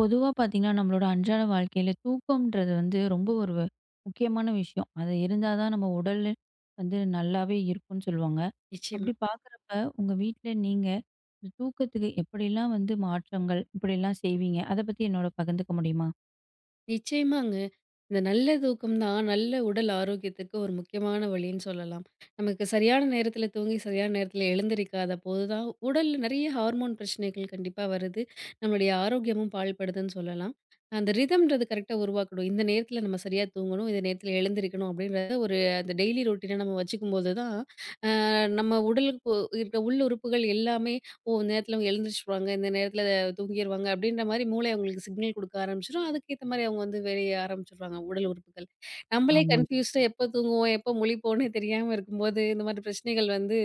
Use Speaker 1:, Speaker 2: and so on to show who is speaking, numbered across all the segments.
Speaker 1: பொதுவா பார்த்தீங்கன்னா, நம்மளோட அன்றாட வாழ்க்கையில தூக்கம்ன்றது வந்து ரொம்ப ஒரு முக்கியமான விஷயம். அது இருந்தா தான் நம்ம உடல் வந்து நல்லாவே இருக்கும்ன்னு சொல்லுவாங்க.
Speaker 2: நிச்சயமா.
Speaker 1: அப்படி பார்க்குறப்ப உங்க வீட்ல நீங்க இந்த தூக்கத்துக்கு எப்படிலாம் வந்து மாற்றங்கள் இப்படிலாம் செய்வீங்க? அத பத்தி என்னோட பகிர்ந்துக்க முடியுமா?
Speaker 2: நிச்சயமாங்க. இந்த நல்ல தூக்கம் தான் நல்ல உடல் ஆரோக்கியத்துக்கு ஒரு முக்கியமான வழின்னு சொல்லலாம். நமக்கு சரியான நேரத்தில தூங்கி, சரியான நேரத்தில எழுந்திரிக்காத போது தான் உடல்ல நெறைய ஹார்மோன் பிரச்சனைகள் கண்டிப்பா வருது. நம்மளுடைய ஆரோக்கியமும் பாழ்படுதுன்னு சொல்லலாம். அந்த ரிதம்ன்றது கரெக்ட்டா உருவாக்கணும். இந்த நேரத்தில நம்ம சரியா தூங்கணும். இந்த நேரத்தில எழுந்திரிக்கணும் அப்படின்றத ஒரு அந்த டெய்லி ரொட்டீனா நம்ம வச்சுக்கும்போது தான் நம்ம உடலுக்கு இருக்க உள் உறுப்புகள் எல்லாமே, "ஓ! இந்த நேரத்தில அவங்க எழுந்திரிச்சுருவாங்க, இந்த நேரத்தில தூங்கிருவாங்க." அப்படின்ற மாரி மூளை அவங்களுக்கு சிக்னல் குடுக்க ஆரம்பிச்சுரும். அதுக்கேத்த மாரி அவங்க வந்து வேலைய ஆரம்பிச்சுடுவாங்க, உடல் உறுப்புகள். நம்மளே
Speaker 1: ஆமாங்க.
Speaker 2: கன்ஃப்யூஸ்டா எப்போ தூங்குவோம், எப்போ முழிப்போம்னே தெரியாம இருக்கும்போது, இந்த மாரி பிரச்சனைகள் வந்து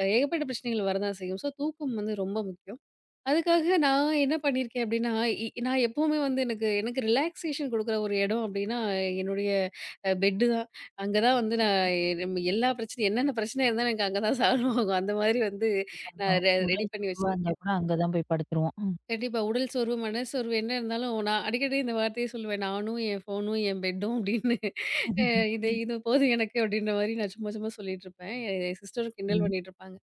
Speaker 2: ஏகப்பட்ட பிரச்சனைகள் வரதான் செய்யும். ஸோ, தூக்கம் வந்து ரொம்ப முக்கியம். அதுக்காக நான் என்ன பண்ணியிருக்கேன் அப்படின்னா, நான் எப்பவுமே வந்து எனக்கு எனக்கு ரிலாக்சேஷன் குடுக்குற ஒரு இடம் அப்படின்னா, என்னுடைய பெட்டு தான். அங்க தான் வந்து நான் எ நம்ம எல்லா பிரச்சனையும் என்னென்ன பிரச்சனை இருந்தாலும் எனக்கு அங்க தான் சால்வ் ஆகும். அந்த மாதிரி வந்து
Speaker 1: நம்ம
Speaker 2: நான் ரெடி
Speaker 1: உடல்
Speaker 2: பண்ணி
Speaker 1: சோர்வா இருந்தா
Speaker 2: வச்சிருக்கேன்.
Speaker 1: கூட அங்க தான் போய் படுத்துருவோம். ம்.
Speaker 2: கண்டிப்பா. உடல் சோர்வு, மனச்சோர்வு என்ன இருந்தாலும் நான் அடிக்கடி இந்த வார்த்தைய சொல்லுவேன். "நானும், என் ஃபோனும், என் பெட்டும்" அப்படின்னு. அ "இது இது போதும் எனக்கு" அப்படின்ற மாரி நான் சும்மா சும்மா சொல்லிட்டுருப்பேன். என் சிஸ்டரும் கிண்டல்
Speaker 1: ம்.
Speaker 2: பண்ணிட்டுருப்பாங்க.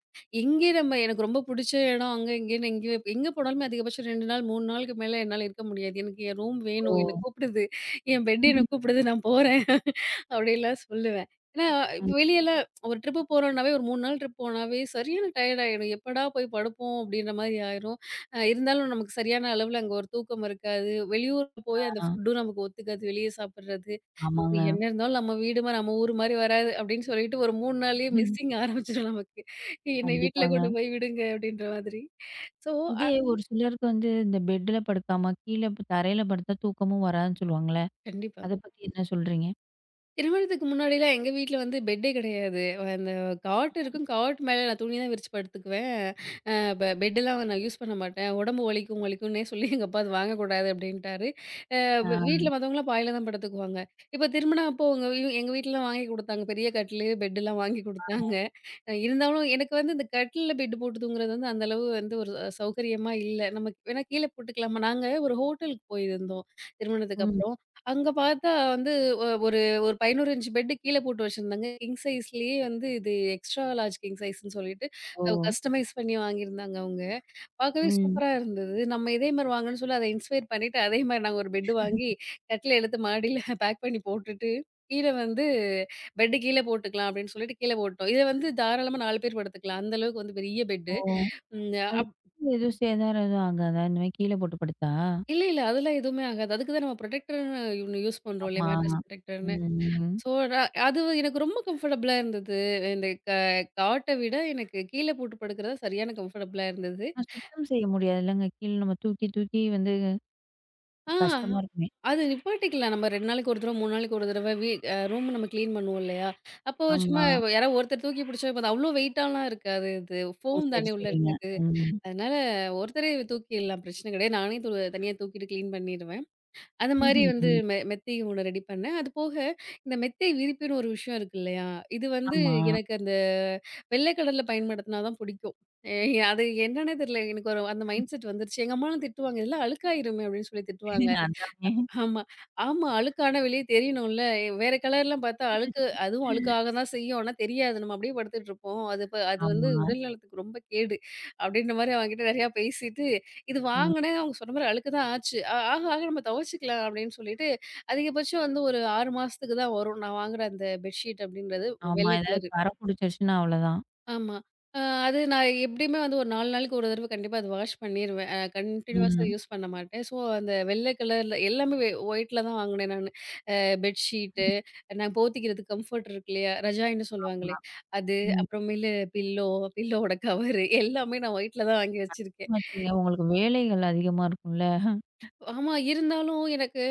Speaker 2: எங்கே நம்ம எனக்கு ரொம்ப புடிச்ச இடம் அங்க இங்கேன்னு எங்கேயோ எங்கே போனாலுமே அதிகபட்சம் 2 நாள், 3 நாளுக்கு மேல என்னால இருக்க முடியாது. எனக்கு என் ரூம்
Speaker 1: ஓ!
Speaker 2: வேணும். என்ன கூப்பிடுது. என் பெட் என்ன கூப்பிடுது. நான் போறேன். அப்படிலாம் சொல்லுவேன். ஏன்னா
Speaker 1: ம்.
Speaker 2: வெளியலாம் ஒரு ட்ரிப்பு போறோம்னாவே ஒரு 3 நாள் ட்ரிப் போனாவே சரியான டயர்ட் ஆயிடும். எப்படா போய் படுப்போம் அப்படின்ற மாரி ஆயிரும். இருந்தாலும் நமக்கு சரியான அளவுல அங்க ஒரு தூக்கம் இருக்காது. வெளியூர்ல போய் அந்த
Speaker 1: ஆ.
Speaker 2: ஃபுட்டும் நமக்கு ஒத்துக்காது. வெளிய சாப்பிடுறது. இது
Speaker 1: ஆமாங்க.
Speaker 2: என்ன இருந்தாலும் நம்ம வீடு மாரி நம்ம ஊர் மாரி வராது அப்படின்னு சொல்லிட்டு ஒரு 3 நாள்லயே மிஸ்ஸிங் ஆரம்பிச்சுரும் நமக்கு. என்னை வீட்ல
Speaker 1: கண்டிப்பாங்க.
Speaker 2: கொண்டு போய் விடுங்க அப்படின்ற மாதிரி. ஸோ
Speaker 1: இதே ஒரு சிலருக்கு வந்து இந்த பெட்ல படுக்காம, கீழ தரையில படுத்தா தூக்கமும் வராதுன்னு சொல்லுவாங்கல்ல.
Speaker 2: கண்டிப்பா.
Speaker 1: அத பத்தி என்ன சொல்றீங்க?
Speaker 2: திருமணத்துக்கு முன்னாடிலாம் எங்க வீட்ல வந்து பெட்டே கிடையாது. அந்த காட் இருக்கும். காட் மேல நான் துணி தான் விரிச்சு படுத்துக்குவேன். இப்போ பெட்டெல்லாம் நான் யூஸ் பண்ண மாட்டேன். உடம்பு வலிக்கும்னே சொல்லி எங்க அப்பா அது வாங்கக்கூடாது அப்படின்ட்டாரு. அ
Speaker 1: ஆ.
Speaker 2: வ வீட்ல மத்தவங்கலாம் பாய்ல தான் படுத்துக்குவாங்க. இப்ப திருமணம் அப்போ உங்க எங்க வீட்லலாம் வாங்கி குடுத்தாங்க. பெரிய கட்டிலு, பெட்டெல்லாம் வாங்கி குடுத்தாங்க. இருந்தாலும் எனக்கு வந்து இந்த கட்டில்ல பெட் போட்டு தூங்குறது வந்து அந்த அளவு வந்து ஒரு சௌகரியமா இல்ல. நமக்கு வேணா கீழ போட்டுக்கலாமா? நாங்க ஒரு ஹோட்டலுக்கு போயிருந்தோம் திருமணத்துக்கு
Speaker 1: ம்.
Speaker 2: அப்புறம். அங்க பார்த்தா வந்து ஒ ஒரு ஒரு 11 இன்ச் பெட் கீழ போட்டு வச்சிருந்தாங்க. கிங் சைஸ்லயே வந்து இது எக்ஸ்ட்ரா லார்ஜ் கிங் சைஸ்ன்னு சொல்லிட்டு
Speaker 1: ஓ!
Speaker 2: கஸ்டமைஸ் பண்ணி வாங்கியிருந்தாங்க அவங்க. பார்க்கவே
Speaker 1: ம்.
Speaker 2: சூப்பரா இருந்தது. நம்ம இதே மாரி வாங்கணும்னு சொல்லி அத இன்ஸ்பயர் பண்ணிட்டு, அதே மாரி நாங்க ஒரு பெட் வாங்கி, கட்டில எடுத்து மாடியில பேக் பண்ணி போட்டுட்டு, கீழ வந்து பெட் கீழ போட்டுக்கலாம் அப்படின்னு சொல்லிட்டு கீழ போட்டோம். இத வந்து தாராளமா 4 பேர் படுத்துக்கலாம். அந்த அளவுக்கு வந்து பெரிய பெட்டு.
Speaker 1: ஓ!
Speaker 2: ம்
Speaker 1: அது
Speaker 2: அப்
Speaker 1: எதுவும் சேதாரம் எதுவும் ஆகாதா? இந்த மாரி கீழ போட்டு படுத்தா?
Speaker 2: இல்ல, இல்ல அதெல்லாம் எதுவுமே ஆகாது. அதுக்கு தான் நம்ம ப்ரொடெக்டர்ன்னு ஒண்ணு யூஸ் பண்றோம் இல்லையா?
Speaker 1: ஆமா.
Speaker 2: மேட்ரஸ் ப்ரொடெக்டர்ன்னு.
Speaker 1: ம்.
Speaker 2: ஸோ அது எனக்கு ரொம்ப கம்ஃபர்டபுளா இருந்தது. இந்த க காட்ட விட எனக்கு கீழ போட்டு படுக்கிறது தான் சரியான கம்ஃபர்டபுளா இருந்தது.
Speaker 1: ஆனா சுத்தம் செய்ய முடியாதுல்லங்க. கீழ நம்ம தூக்கி தூக்கி வந்து
Speaker 2: ஆ.
Speaker 1: கஷ்டமா இருக்குமே!
Speaker 2: அது நிப்பாட்டிக்கலாம். நம்ம 2 நாளைக்கு ஒரு தடவ, 3 நாளைக்கு ஒரு தடவ வீ அ ரூம் நம்ம கிளீன் பண்ணுவோம் இல்லையா? அப்போ சும்மா
Speaker 1: ஆமா.
Speaker 2: யாராவது ஒருத்தர் தூக்கி பிடிச்சா போதும். அவ்ளோ வெயிட்டாலாம் இருக்காது இது.
Speaker 1: ஓ!
Speaker 2: ஃபோம்
Speaker 1: சரி,
Speaker 2: தானே உள்ள
Speaker 1: சரிங்க.
Speaker 2: இருக்குது.
Speaker 1: ம்.
Speaker 2: அதனால ஒருத்தரே தூக்கிடலாம். பிரச்சனை கிடையாது. நானே தனியா தூக்கிட்டு கிளீன் பண்ணிடுவேன். அந்த மாரி வந்து
Speaker 1: ம்.
Speaker 2: மெத்தை ஒண்ணு ரெடி பண்ணேன். அது போக இந்த மெத்தை விரிப்புன்னு ஒரு விஷயம் இருக்கு இல்லையா? இது வந்து
Speaker 1: ஆமா.
Speaker 2: எனக்கு அந்த வெள்ளை கலர்ல பயன்படுத்தினா தான் பிடிக்கும். அது என்னன்னே தெரியல. எனக்கு ஒரு அந்த மைண்ட் செட் வந்துருச்சு. எங்க அம்மாலாம் திட்டுவாங்க. இதெல்லாம் அழுக்காயிருமே அப்படின்னு சொல்லி திட்டுவாங்க.
Speaker 1: அதானே.
Speaker 2: ஆமா. ஆமா. அழுக்கான வெளிய தெரியணும்ல. வேற கலர்லாம் பார்த்தா அழுக்கு அதுவும் அழுக்காக தான் செய்யும். ஆனா தெரியாது. நம்ம அப்படியே படுத்துட்டுருப்போம். அது இப்ப அது வந்து
Speaker 1: ஆமா.
Speaker 2: உடல் நலத்துக்கு ரொம்ப கேடு. அப்படின்ற மாரி அவன்கிட்ட நெறையா பேசிட்டு, இது
Speaker 1: ம்.
Speaker 2: வாங்குனேன் அவங்க சொன்ன மாரி அழுக்கு தான் ஆச்சு. ஆக ஆக நம்ம துவைச்சுக்கலாம் அப்படின்னு சொல்லிட்டு, அதிகபட்சம் வந்து ஒரு 6 மாசத்துக்கு தான் வரும். நான் வாங்குற அந்த பெட்ஷீட் அப்படின்றது
Speaker 1: ஆமா.
Speaker 2: வெள்ளை
Speaker 1: ஏதாவது
Speaker 2: கலரு.
Speaker 1: கரை புடிச்சிருச்சுன்னா அவ்வளதான்.
Speaker 2: ஆமா. அ அது நான் எப்படியுமே வந்து ஒரு 4 நாளைக்கு ஒரு தடவ கண்டிப்பா அது வாஷ் பண்ணிருவேன். கன்டினியூவஸா
Speaker 1: ம்.
Speaker 2: யூஸ் பண்ண மாட்டேன். ஸோ அந்த வெள்ளை கலர்ல எல்லாமே ஒயிட்ல தான் வாங்குனேன் நானு. பெட்ஷீட்டு, நான் போத்திக்கிறது கம்ஃபர்ட் இருக்கு இல்லையா? ரஜாயின்னு
Speaker 1: ஆமா.
Speaker 2: சொல்லுவாங்களே அது,
Speaker 1: ம்.
Speaker 2: அப்புறமேலு பில்லோ, பில்லோட கவரு எல்லாமே நான் ஒயிட்ல தான் வாங்கி வச்சிருக்கேன்.
Speaker 1: நிச்சயமாச்சுங்க. உங்களுக்கு வேலைகள் அதிகமா இருக்கும்ல?
Speaker 2: ஆமா. இருந்தாலும் எனக்கு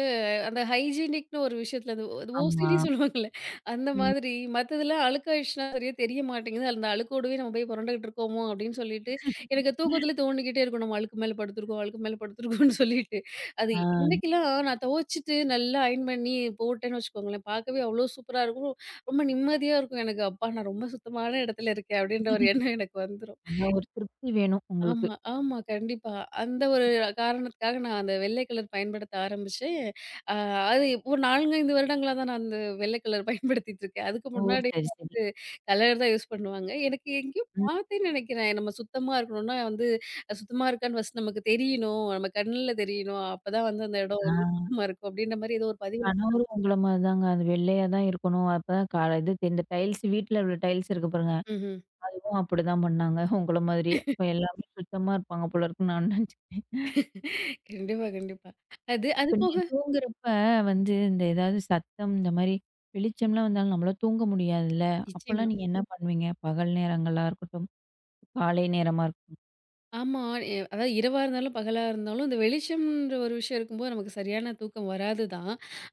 Speaker 2: அந்த ஹைஜீனிக்ன்னு ஒரு விஷயத்துல அது அது
Speaker 1: ஆமா.
Speaker 2: ஓசிடி சொல்லுவாங்கல்ல. அந்த
Speaker 1: ம்.
Speaker 2: மாதிரி மத்ததெல்லாம் அழுக்காயிடுச்சுன்னா சரியா தெரிய மாட்டேங்குது. அந்த அழுக்கோடவே நம்ம போய் புரண்டுகிட்டு இருக்கோமோ அப்படின்னு சொல்லிட்டு, எனக்கு தூக்கத்திலே தோணிக்கிட்டே இருக்கும். நம்ம அழுக்கு மேல படுத்துருக்கோம், அழுக்கு மேல படுத்துருக்கோம்ன்னு சொல்லிட்டு. அது
Speaker 1: ஆ
Speaker 2: இன்னைக்கெல்லாம் நான் துவச்சுட்டு நல்லா அயர்ன் பண்ணி போட்டேன்னு வச்சுக்கோங்களேன், பார்க்கவே அவ்வளோ சூப்பரா இருக்கும். ரொம்ப நிம்மதியா இருக்கும் எனக்கு. "அப்பா! நான் ரொம்ப சுத்தமான இடத்துல இருக்கேன்" அப்படின்ற ஒரு எண்ணம் எனக்கு வந்துரும்.
Speaker 1: அதான் ஒரு திருப்தி வேணும் உங்களுக்கு.
Speaker 2: ஆமா, ஆமா. கண்டிப்பா. அந்த ஒரு காரணத்துக்காக நான் அந்த வெள்ளை கலர் பயன்படுத்த ஆரம்பிச்சேன். அ அது ஒரு 4, 5 வருடங்களா தான் நான் அந்த வெள்ளை கலர் பயன்படுத்திட்டு இருக்கேன். அதுக்கு
Speaker 1: ஓ!
Speaker 2: முன்னாடி
Speaker 1: சரி, சரி.
Speaker 2: வந்து கலர் தான் யூஸ் பண்ணுவாங்க. எனக்கு எங்கேயோ
Speaker 1: ம்.
Speaker 2: பார்த்தேன்னு நினைக்கிறேன். நம்ம சுத்தமா இருக்கணும்னா வந்து சுத்தமா இருக்கான்னு ஃபர்ஸ்ட் நமக்கு தெரியணும். நம்ம கண்ணுல தெரியணும். அப்பதான் வந்து அந்த இடம்
Speaker 1: ஆ
Speaker 2: வந்து சுத்தமா இருக்கும். அப்படின்ற மாரி ஏதோ ஒரு பதிவுல
Speaker 1: கணவரும் உங்கள மாரி தாங்க. அது வெள்ளையா தான் இருக்கணும். அப்பதான் இது இந்த டைல்ஸ் வீட்ல உள்ள டைல்ஸ் இருக்கு பாருங்க.
Speaker 2: ம்ஹ்ம்.
Speaker 1: அதுவும் அப்படிதான் பண்ணாங்க. உங்கள மாதிரியே. அப்ப எல்லாமே சுத்தமா இருப்பாங்க போல இருக்குன்னு நான் நினச்சுக்கிட்டேன்.
Speaker 2: கண்டிப்பா, கண்டிப்பா. அது அது
Speaker 1: இப்ப
Speaker 2: போக
Speaker 1: நீங்க தூங்குறப்ப வந்து இந்த ஏதாவது சத்தம் இந்த மாரி வெளிச்சம்லாம் வந்தாலும் நம்மளால தூங்க முடியாதுல்ல?
Speaker 2: நிச்சயமா.
Speaker 1: அப்பலாம் நீங்க என்ன பண்ணுவீங்க? பகல் நேரங்களா இருக்கட்டும், காலை நேரமா இருக்கட்டும்.
Speaker 2: ஆமா. அதாவது இரவா இருந்தாலும், பகலா இருந்தாலும், இந்த வெளிச்சம்ன்ற ஒரு விஷயம் இருக்கும்போது நமக்கு சரியான தூக்கம் வராது தான்.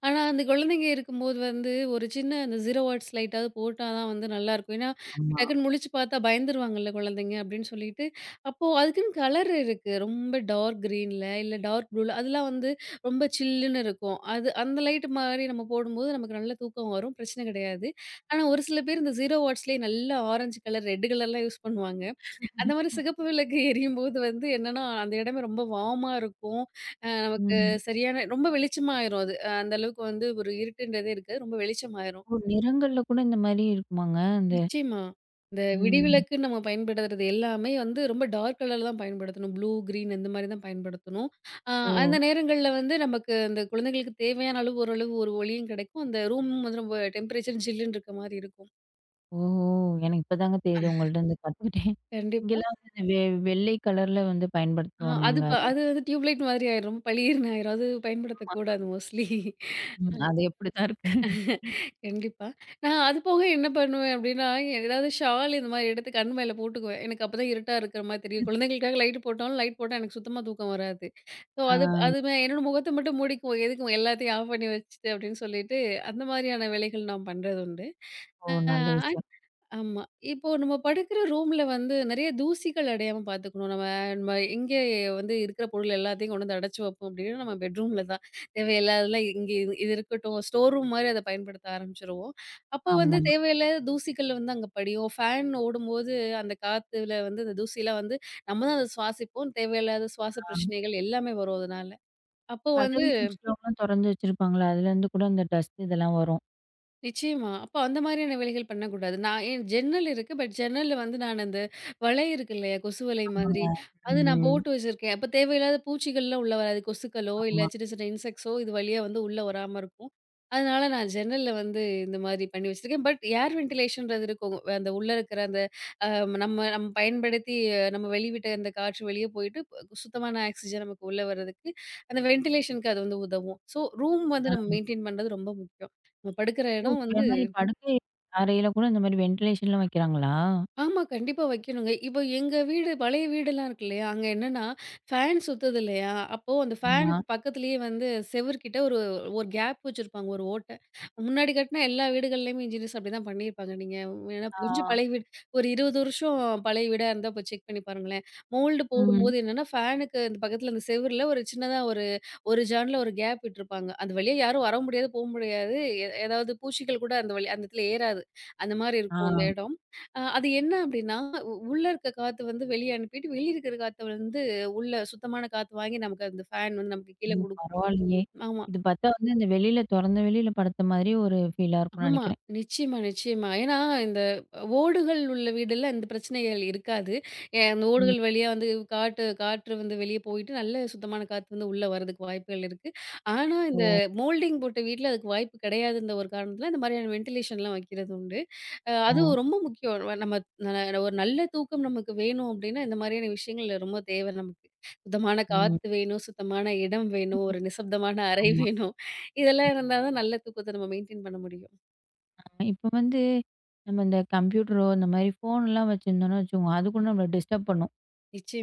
Speaker 2: ஆனா, அந்த குழந்தைங்க இருக்கும்போது வந்து ஒரு சின்ன அந்த 0 வாட்ஸ் லைட்டாவது போட்டா தான் வந்து நல்லாயிருக்கும். ஏன்னா,
Speaker 1: ஆமா.
Speaker 2: டக்குன்னு முழிச்சு பார்த்தா பயந்துருவாங்கல்ல குழந்தைங்க அப்டின்னு சொல்லிட்டு, அப்போ அதுக்குன்னு கலர் இருக்கு. ரொம்ப டார்க் கிரீன்ல, இல்ல டார்க் ப்ளூல அதெல்லாம் வந்து ரொம்ப சில்லுன்னு இருக்கும். அது அந்த லைட் மாரி நம்ம போடும்போது நமக்கு நல்ல தூக்கம் வரும். பிரச்சனை கிடையாது. ஆனா, ஒரு சில பேர் இந்த 0 வாட்ஸ்லயே நல்லா ஆரஞ்சு கலர், ரெட் கலர்லாம் யூஸ் பண்ணுவாங்க. அந்த மாரி சிகப்பு விளக்கு எரியும்போது வந்து என்னன்னா, அந்த இடமே ரொம்ப வார்மா இருக்கும். நமக்கு
Speaker 1: ம்.
Speaker 2: சரியான ரொம்ப வெளிச்சமாயிரும் அது. அந்த அளவுக்கு வந்து ஒரு இருட்டுன்றதே இருக்காது. ரொம்ப வெளிச்சமாயிரும்.
Speaker 1: ஓ! நிறங்கள்ல கூட இந்த மாரி இருக்குமாங்க? அந்த
Speaker 2: நிச்சயமா. இந்த
Speaker 1: ம்.
Speaker 2: விடிவிளக்குன்னு நம்ம பயன்படுத்துறது எல்லாமே வந்து ரொம்ப டார்க் கலர்ல தான் பயன்படுத்தணும். ப்ளூ, கிரீன் இந்த மாரி தான் பயன்படுத்தணும். அ அந்த
Speaker 1: ஓ!
Speaker 2: நேரங்கள்ல வந்து நமக்கு அந்த குழந்தைகளுக்கு தேவையான அளவு ஓரளவு ஒரு ஒளியும் கிடைக்கும். அந்த ரூம் வந்து ரொம்ப டெம்பரேச்சர் ஜில்லுன்னு இருக்க மாரி இருக்கும்.
Speaker 1: ஓஹோ! எனக்கு இப்பதாங்க தெரியுது உங்கள்ட்ட இருந்து கத்துக்கிட்டேன்.
Speaker 2: கண்டிப்பா.
Speaker 1: இங்கெல்லாம் வந்து இந்த வெள்ளை கலர்ல வந்து
Speaker 2: அ
Speaker 1: பயன்படுத்துறோம்
Speaker 2: அது
Speaker 1: நாங்க.
Speaker 2: ப
Speaker 1: அத
Speaker 2: அது வந்து டியூப்லைட் மாதிரி ஆயிரும். பளீர்ன்னு ஆயிரும். அது
Speaker 1: ஆமா.
Speaker 2: பயன்படுத்தக்கூடாது மோஸ்ட்லி.
Speaker 1: ம். அது எப்படித்தான் இருக்கு.
Speaker 2: கண்டிப்பா. நான் அது போக என்ன பண்ணுவேன் அப்டின்னா, ஏதாவது ஷால் இந்த மாரி எடுத்து கண் மேல போட்டுக்குவேன். எனக்கு அப்பதான் இருட்டா இருக்கிற மாரி தெரியும். குழந்தைகளுக்காக லைட் போட்டாலும் லைட் போட்டா எனக்கு சுத்தமா தூக்கம் வராது. ஸோ
Speaker 1: ஆ.
Speaker 2: அது அது மே- என்னோட முகத்த மட்டும் மூடிக்குவோம். எதுக்கு எல்லாத்தையும் ஆஃப் பண்ணி வச்சுட்டு அப்டின்னு சொல்லிட்டு, அந்த மாரியான வேலைகள் நான் பண்றது உண்டு.
Speaker 1: ஓ! நல்ல
Speaker 2: அ
Speaker 1: விஷயம்.
Speaker 2: ஆமா. இப்போ நம்ம படுக்கிற ரூம்ல வந்து நெறைய தூசிகள் அடையாம பார்த்துக்கணும். நம்ம நம்ம எங்கே வந்து இருக்கிற பொருள் எல்லாத்தையும் கொண்டு வந்து அடைச்சு வைப்போம் அப்படின்னா, நம்ம பெட்ரூம்ல தான். தேவையில்லாததெல்லாம் இங்கே இது இது இருக்கட்டும். ஸ்டோர் ரூம் மாரி அத பயன்படுத்த ஆரம்பிச்சுருவோம். அப்போ வந்து
Speaker 1: ஆமா.
Speaker 2: தேவையில்லாத தூசிகள் வந்து அங்க படியும். ஃபேன் ஓடும்போது அந்த காத்துல வந்து அந்த தூசிலாம் வந்து நம்ம தான் அத சுவாசிப்போம். தேவையில்லாத சுவாச
Speaker 1: ஆ
Speaker 2: பிரச்சனைகள் எல்லாமே வரும் அதனால. அப்போ வந்து
Speaker 1: பதவி ஒரு சிலவங்கலாம் தொறந்து வச்சிருப்பாங்கல்ல, அதுலேருந்து கூட அந்த டஸ்ட் இதெல்லாம் வரும்.
Speaker 2: நிச்சயமா. அப்ப அந்த மாதிரியான வேலைகள் பண்ணக்கூடாது. நான் என் ஜன்னல் இருக்கு. பட் ஜன்னல்ல வந்து நான் அந்த வலை இருக்கு இல்லையா? கொசு வலை
Speaker 1: ஆமாங்க.
Speaker 2: மாதிரி. அது நான்
Speaker 1: ம்.
Speaker 2: போட்டு வச்சிருக்கேன். அப்ப தேவையில்லாத பூச்சிகள்லாம் உள்ள வராது. கொசுக்களோ, இல்ல
Speaker 1: ஆமா.
Speaker 2: சின்ன சின்ன இன்செக்ட்ஸோ இது வழியா வந்து உள்ள வராம இருக்கும். அதனால நான் ஜன்னல்ல வந்து இந்த மாதிரி பண்ணி வச்சிருக்கேன். பட் ஏர் வென்டிலேஷன்றது இருக்கும். அந்த உள்ள இருக்கிற அந்த அ நம்ம நம்ம பயன்படுத்தி நம்ம வெளிவிட்ட அந்த காற்று வெளியே போயிட்டு சுத்தமான ஆக்ஸிஜன் நமக்கு உள்ள வர்றதுக்கு அந்த வென்டிலேஷனுக்கு அது வந்து உதவும். ஸோ ரூம் வந்து நம்ம
Speaker 1: ஆ.
Speaker 2: மெயின்டெயின் பண்றது ரொம்ப முக்கியம். நம்ம படுக்கிற
Speaker 1: ஓ!
Speaker 2: இடம்
Speaker 1: இதே
Speaker 2: வந்து
Speaker 1: மாரி படுக்கை அறையில கூட இந்த மாரி வென்டிலேஷன்லாம் வைக்கிறாங்களா?
Speaker 2: ஆமா, கண்டிப்பா வைக்கணுங்க. இப்போ எங்க வீடு பழைய வீடுலாம் இருக்கு இல்லையா? அங்க என்னன்னா, ஃபேன் சுத்துது இல்லையா? அப்போ அந்த
Speaker 1: ஆமா.
Speaker 2: ஃபேனுக்கு பக்கத்துலேயே வந்து செவுருகிட்ட ஒரு ஒரு கேப் வச்சிருப்பாங்க, ஒரு ஓட்டை. முன்னாடி கட்டின எல்லா வீடுகள்லயுமே இன்ஜினியர்ஸ் அப்படிதான் பண்ணியிருப்பாங்க. நீங்க வேணா கொஞ்சம்
Speaker 1: ஆ.
Speaker 2: பழைய வீடு ஒரு 20 வருஷம் பழைய வீடா இருந்தா போய் செக் பண்ணி பாருங்களேன். மோல்டு
Speaker 1: ம்.
Speaker 2: போடும்போது என்னன்னா, ஃபேனுக்கு இந்த பக்கத்துல அந்த செவுருல ஒரு சின்னதா ஒரு ஜான்ல ஒரு கேப் விட்டுருப்பாங்க. அது வழியா யாரும் வர முடியாது, போ முடியாது. ஏதாவது பூச்சிகள் கூட அந்த வழி அந்த இடத்துல ஏறாது. அந்த மாரி
Speaker 1: ஆ.
Speaker 2: இருக்கும் அந்த இடம். அது என்ன அப்டின்னா, உள்ள இருக்க காத்து வந்து வெளிய அனுப்பிட்டு, வெளிய இருக்கிற காத்த வந்து உள்ள சுத்தமான காத்து வாங்கி நமக்கு அந்த ஃபேன் வந்து நமக்கு கீழ
Speaker 1: ஓ!
Speaker 2: குடுக்கும்.
Speaker 1: பரவாயில்லையே!
Speaker 2: ஆமா.
Speaker 1: இது பார்த்தா வந்து இந்த வெளியில தொறந்த வெளியில படுத்த மாதிரி ஒரு ஃபீலா இருக்கும்னு
Speaker 2: ஆமா.
Speaker 1: நெனைக்கிறேன்.
Speaker 2: நிச்சயமா, நிச்சயமா. ஏன்னா, இந்த ஓடுகள் உள்ள வீடெல்லாம் இந்த பிரச்சனைகள் இருக்காது. அந்த
Speaker 1: ம்.
Speaker 2: ஓடுகள் வழியா வந்து காட்டு காற்று வந்து வெளிய போயிட்டு, நல்ல சுத்தமான காத்து வந்து உள்ள வரதுக்கு வாய்ப்புகள் இருக்கு. ஆனா, இந்த
Speaker 1: ஓ!
Speaker 2: மோல்டிங் போட்ட வீட்ல அதுக்கு வாய்ப்பு கிடையாதுன்ற ஒரு காரணத்தில, இந்த மாதிரியான வென்டிலேஷன்லாம் வைக்கிறது உண்டு.
Speaker 1: ஓ!
Speaker 2: அதுவும் ரொம்ப முக்கியம். நம்ம ந ஒரு நல்ல தூக்கம் நமக்கு வேணும் அப்படின்னா, இந்த மாதிரியான விஷயங்கள் ரொம்ப தேவை நமக்கு. சுத்தமான
Speaker 1: ம்.
Speaker 2: காத்து வேணும், சுத்தமான இடம் வேணும், ஒரு நிசப்தமான அறை
Speaker 1: ஆமா.
Speaker 2: வேணும். இதெல்லாம் இருந்தா தான் நல்ல தூக்கத்த நம்ம மெயின்டெயின் பண்ண முடியும்.
Speaker 1: இப்ப வந்து நம்ம இந்த கம்ப்யூட்டரோ, இந்த மாதிரி ஃபோன்லாம் வச்சிருந்தோம்னு வச்சுக்கோங்க, அது கூட நம்மள டிஸ்டர்ப் பண்ணும்.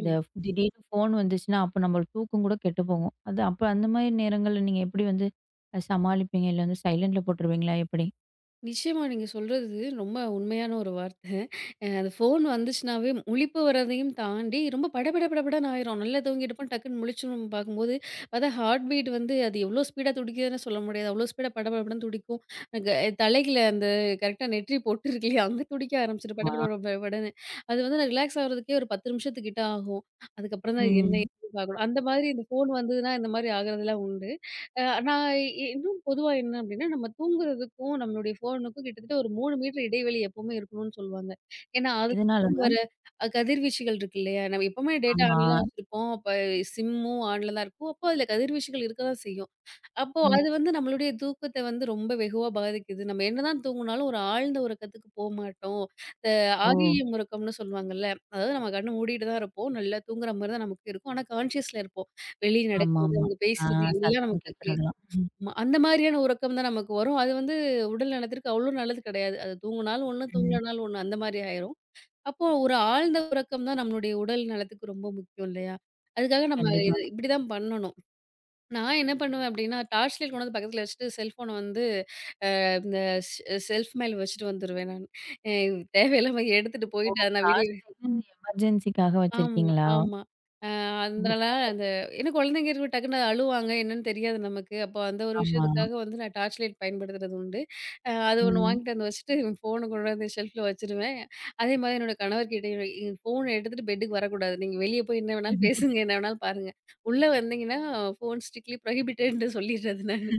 Speaker 1: இந்த திடீர்னு ஃபோன் வந்துச்சுன்னா, அப்ப நம்ம தூக்கம் கூட கெட்டு போகும். அது அப்ப அந்த மாதிரி நேரங்கள்ல நீங்க எப்படி வந்து சமாளிப்பீங்க? இல்ல வந்து சைலண்ட்ல போட்டுருவீங்களா எப்படி?
Speaker 2: நிச்சயமா நீங்க சொல்றது ரொம்ப உண்மையான ஒரு வார்த்தை. அந்த ஃபோன் வந்துச்சுனாவே முழிப்பு வரதையும் தாண்டி ரொம்ப படபட படபடன்னு ஆயிரும். நல்லா தூங்கிட்டுப்போம் டக்குன்னு முழிச்சுரும் பார்க்கும்போது, பார்த்தா ஹார்ட் பீட் வந்து அது எவ்வளோ ஸ்பீடா துடிக்குதுன்னு சொல்ல முடியாது. அவ்வளோ ஸ்பீடா படபடபடன்னு துடிக்கும். க தலைகீழ அந்த கரெக்ட்டா நெற்றி போட்டு இருக்கு இல்லையா? அங்க துடிக்க ஆரம்பிச்சுரும் பட
Speaker 1: ஆமா.
Speaker 2: பட படபடன்னு. அது வந்து நான் ரிலாக்ஸ் ஆகுறதுக்கே ஒரு 10 நிமிஷத்துக்கிட்ட ஆகும். அதுக்கப்புறம் தான் என்ன
Speaker 1: ம்.
Speaker 2: ஏதுன்னு பார்க்கணும். அந்த மாதிரி இந்த ஃபோன் வந்ததுனா இந்த மாதிரி ஆகுறதெல்லாம் உண்டு. அ நான் இ இன்னும் பொதுவா என்ன அப்டின்னா, நம்ம தூங்குறதுக்கும், நம்மளுடைய ஃபோனுக்கும் கிட்டத்தட்ட ஒரு 3 மீட்டர் இடைவெளி எப்பவுமே இருக்கணும்னு சொல்லுவாங்க. ஏன்னா, அதுலருந்து
Speaker 1: எதனாலங்க?
Speaker 2: வர கதிர்வீச்சுகள் இருக்கு இல்லையா? நம்ம எப்பவுமே டேட்டா
Speaker 1: ஆமா.
Speaker 2: ஆன்ல தான் வச்சிருப்போம். அப்ப சிம்மும் ஆன்ல தான் இருக்கும். அப்போ அதுல கதிர்வீச்சுகள் இருக்க தான் செய்யும். அப்போ அது
Speaker 1: ம்.
Speaker 2: வந்து நம்மளுடைய தூக்கத்த வந்து ரொம்ப வெகுவா பாதிக்குது. நம்ம என்னதான் தூங்குனாலும் ஒரு ஆழ்ந்த உறக்கத்துக்கு போ மாட்டோம். இந்த
Speaker 1: ஓ!
Speaker 2: ஆரியயம் உறக்கம்னு சொல்லுவாங்கல்ல, அதாவது நம்ம கண்ண மூடிட்டு தான் இருப்போம். நல்லா தூங்குற மாரி தான் நமக்கு இருக்கும். ஆனா, கான்ஷியஸ்ல இருப்போம். வெளிய நடக்கிறது,
Speaker 1: ஆமாமா.
Speaker 2: அவங்க
Speaker 1: ஆ
Speaker 2: பேசுறது எல்லாம்
Speaker 1: சத்தம்
Speaker 2: நமக்கு
Speaker 1: கேட்கறதெல்லாம். ம்.
Speaker 2: ஆமா. அந்த மாதிரியான உறக்கம் தான் நமக்கு வரும். அது வந்து உடல் நலத்திற்கு அவ்ளோ நல்லது கிடையாது. அது தூங்குனாலும் ஒண்ணு,
Speaker 1: ம்.
Speaker 2: தூங்கலனாலும் ஒண்ணு. அந்த மாரி ஆயிரும். அப்போ ஒரு ஆழ்ந்த உறக்கம் தான் நம்மளுடைய உடல் நலத்துக்கு ரொம்ப முக்கியம் இல்லையா? அதுக்காக நம்ம
Speaker 1: கண்டிப்பா.
Speaker 2: இது இப்படிதான் பண்ணணும். நான் என்ன பண்ணுவேன் அப்படின்னா, டார்ச் லைட் கொண்டு வந்து பக்கத்துல வச்சுட்டு செல்ஃபோன வந்து இந்த ஷெ செல்ஃப் மேல வச்சுட்டு வந்துருவேன் நானு. அ தேவையில்லாம எடுத்துட்டு
Speaker 1: ஓ!
Speaker 2: போயிட்டு அத நான் விடிய
Speaker 1: லாஸ்ட்ல இது இந்த எமர்ஜென்சிக்காக
Speaker 2: ஆமா,
Speaker 1: வச்சிருக்கீங்களா?
Speaker 2: ஆமா. அ
Speaker 1: ஓ!
Speaker 2: அதனால
Speaker 1: பரவால்ல.
Speaker 2: அந்த ஏன்னா குழந்தைங்க இருக்கு டக்குன்னு அழுவாங்க என்னன்னு தெரியாது நமக்கு. அப்போ அந்த ஒரு
Speaker 1: ஆமா.
Speaker 2: விஷயத்துக்காக வந்து நான் டார்ச் லைட் பயன்படுத்துறது உண்டு. அது ஒண்ணு
Speaker 1: ம்.
Speaker 2: வாங்கிட்டு வந்து வச்சுட்டு ஃபோன கொண்டு வந்து ஷெல்ஃப்ல வச்சுருவேன். அதே மாதிரி என்னோட கணவர்கிட்டயும் ஃபோன எடுத்துட்டு பெட்டுக்கு வரக்கூடாது. நீங்க வெளிய போய் என்ன வேணாலும் பேசுங்க, என்ன வேணாலும் பாருங்க. உள்ள வந்தீங்கன்னா ஃபோன் ஸ்ட்ரிக்ட்லி ப்ரோஹிபிட்டட்ன்னு சொல்லிடுறது நானு.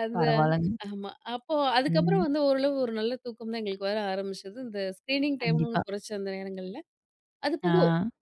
Speaker 2: அது
Speaker 1: பரவால்லங்க.
Speaker 2: ஆமா. அப்போ அதுக்கப்புறம்
Speaker 1: ம்.
Speaker 2: வந்து ஓரளவு ஒரு நல்ல தூக்கம் தான் எங்களுக்கு வர ஆரம்பிச்சது. இந்த ஸ்க்ரீனிங் டைம்னு ஒண்ணு
Speaker 1: கண்டிப்பா.
Speaker 2: குறைச்ச அந்த நேரங்கள்ல. அது
Speaker 1: ஆ.
Speaker 2: போக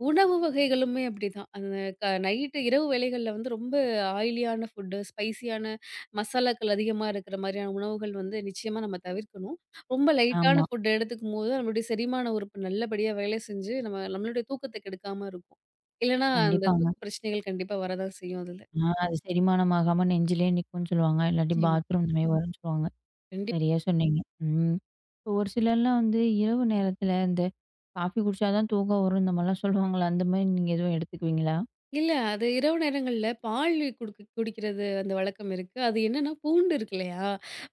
Speaker 2: உணவு வகைகளுமே அப்படிதான். அந்த நைட்டு இரவு வேளைகள்ல வந்து ரொம்ப ஆயிலியான ஃபுட்டு, ஸ்பைசியான மசாலாக்கள் அதிகமா இருக்கிற மாதிரியான உணவுகள் வந்து நிச்சயமா நம்ம தவிர்க்கணும். ரொம்ப லைட்டான
Speaker 1: ஆமா.
Speaker 2: ஃபுட் எடுத்துக்கும்போது, நம்மளுடைய செரிமான உறுப்பு நல்லபடியா வேலை செஞ்சு, நம்மளுடைய தூக்கத்த கெடுக்காம இருக்கும். இல்லன்னா, அந்த
Speaker 1: கண்டிப்பாங்க.
Speaker 2: தூக்க பிரச்சனைகள் கண்டிப்பா வரதான் செய்யும் அதுல.
Speaker 1: ஆ அது செரிமானம் ஆகாம நெஞ்சிலே நிக்கும்னு சொல்லுவாங்க. இல்லாட்டி
Speaker 2: நிச்சயமா.
Speaker 1: பாத்ரூம் இந்த மாரி வரும்ன்னு சொல்லுவாங்க.
Speaker 2: கண்டிப்
Speaker 1: சரியா சொன்னீங்க. ம். இப்போ ஒரு சிலர்லாம் வந்து இரவு நேரத்துல இந்த காஃபி குடிச்சா தான் தூக்கம் வரும் இந்த மாரிலாம் சொல்லுவாங்கல்ல, அந்த மாரி நீங்க எதுவும் எடுத்துக்குவீங்களா?
Speaker 2: இல்ல. அது இரவு நேரங்கள்ல பால் குடிக்கிறது அந்த வழக்கம் இருக்கு. அது என்னன்னா பூண்டு இருக்கு இல்லையா?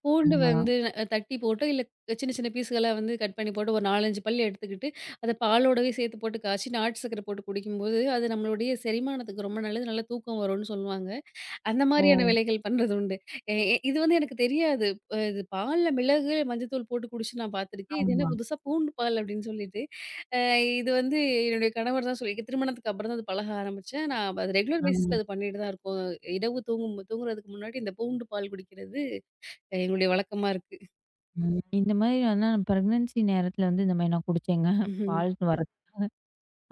Speaker 2: பூண்டு
Speaker 1: ஆமா.
Speaker 2: வந்து தட்டி போட்டு, இல்ல சின்ன சின்ன பீஸ்களா வந்து கட் பண்ணி போட்டு ஒரு 4, 5 பல் எடுத்துக்கிட்டு, அத பாலோடவே சேர்த்து போட்டு காய்ச்சி நாட்டு சர்க்கரை போட்டு குடிக்கும்போது, அது நம்மளுடைய செரிமானத்துக்கு ரொம்ப நல்லது. நல்ல தூக்கம் வரும்னு சொல்லுவாங்க. அந்த
Speaker 1: ஓ!
Speaker 2: மாரியான வேலைகள் பண்றது உண்டு. எ எ இது வந்து எனக்கு தெரியாது. இது பால்ல மிளகு, மஞ்சத்தூள் போட்டு குடிச்சு நான் பார்த்துருக்கேன். இது என்ன
Speaker 1: ஆமா.
Speaker 2: புதுசா பூண்டு பால் அப்டின்னு சொல்லிட்டு. அ இது வந்து என்னுடைய கணவர் தான் சொல்லி திருமணத்துக்கு அப்புறம் தான் அது பழக ஆரம்பிச்சேன். நான் அது ரெகுலர்
Speaker 1: ஆ.
Speaker 2: பேசிஸ்ல அது பண்ணிட்டு தான் இருக்கோம். இரவு தூங்குறதுக்கு முன்னாடி இந்த பூண்டு பால் குடிக்கிறது எங்களுடைய வழக்கமா இருக்கு.
Speaker 1: ம். இந்த மாதிரி ஆனா பிரெக்னன்சி நேரத்துல வந்து இந்த மாதிரி நான் குடிச்சேங்க.
Speaker 2: ம்ஹ்ம்.
Speaker 1: பால் வரது.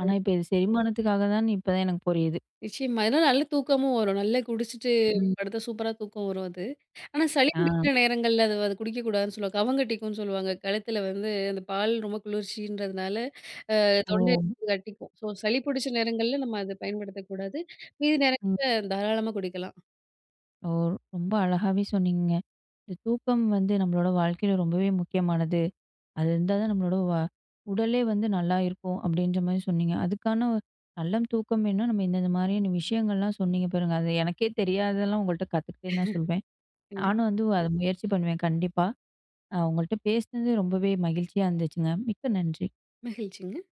Speaker 1: ஆனா இப்ப இது செரிமானத்துக்காக தான்னு இப்பதான் எனக்கு புரியுது.
Speaker 2: நிச்சயமா. ஏன்னா நல்ல தூக்கமும் வரும். நல்லா குடிச்சிட்டு
Speaker 1: ம்.
Speaker 2: படுத்தா சூப்பரா தூக்கம் வரும் அது. ஆனா சளி
Speaker 1: ஆ.
Speaker 2: பிடிக்கிற நேரங்கள்ல அது அது குடிக்கக்கூடாதுன்னு சொல்லுவாங்க. கவங்கட்டிக்கும்ன்னு சொல்லுவாங்க. கழுத்துல வந்து அந்த பால் ரொம்ப குளிர்ச்சின்றதுனால அது
Speaker 1: ஓ!
Speaker 2: தொண்டை கட்டிக்கும். ஸோ சளி பிடிச்ச நேரங்கள்ல நம்ம அத பயன்படுத்தக்கூடாது. மீதி
Speaker 1: ம்.
Speaker 2: நேரங்கள்ல தாராளமா குடிக்கலாம்.
Speaker 1: ஓ! ரொம்ப அழகாவே சொன்னீங்கங்க. இந்த தூக்கம் வந்து நம்மளோட வாழ்க்கையில ரொம்பவே முக்கியமானது. அது இருந்தா தான் நம்மளோட உடலே வந்து நல்லா இருக்கும் அப்படின்ற மாதிரி சொன்னீங்க. அதுக்கான ஒரு நல்ல தூக்கம் வேணும்னா நம்ம இந்தந்த மாதிரியான விஷயங்கள்லாம் சொன்னீங்க பாருங்க. அது எனக்கே தெரியாததெல்லாம் உங்கள்ட்ட கத்துக்கிட்டேன்னு தான் சொல்வேன்.
Speaker 2: ம்.
Speaker 1: நானும் வந்து அத முயற்சி பண்ணுவேன் கண்டிப்பா. அ உங்கள்ட்ட பேசினது ரொம்பவே மகிழ்ச்சியா இருந்துச்சுங்க. மிக்க நன்றி.
Speaker 2: மகிழ்ச்சிங்க.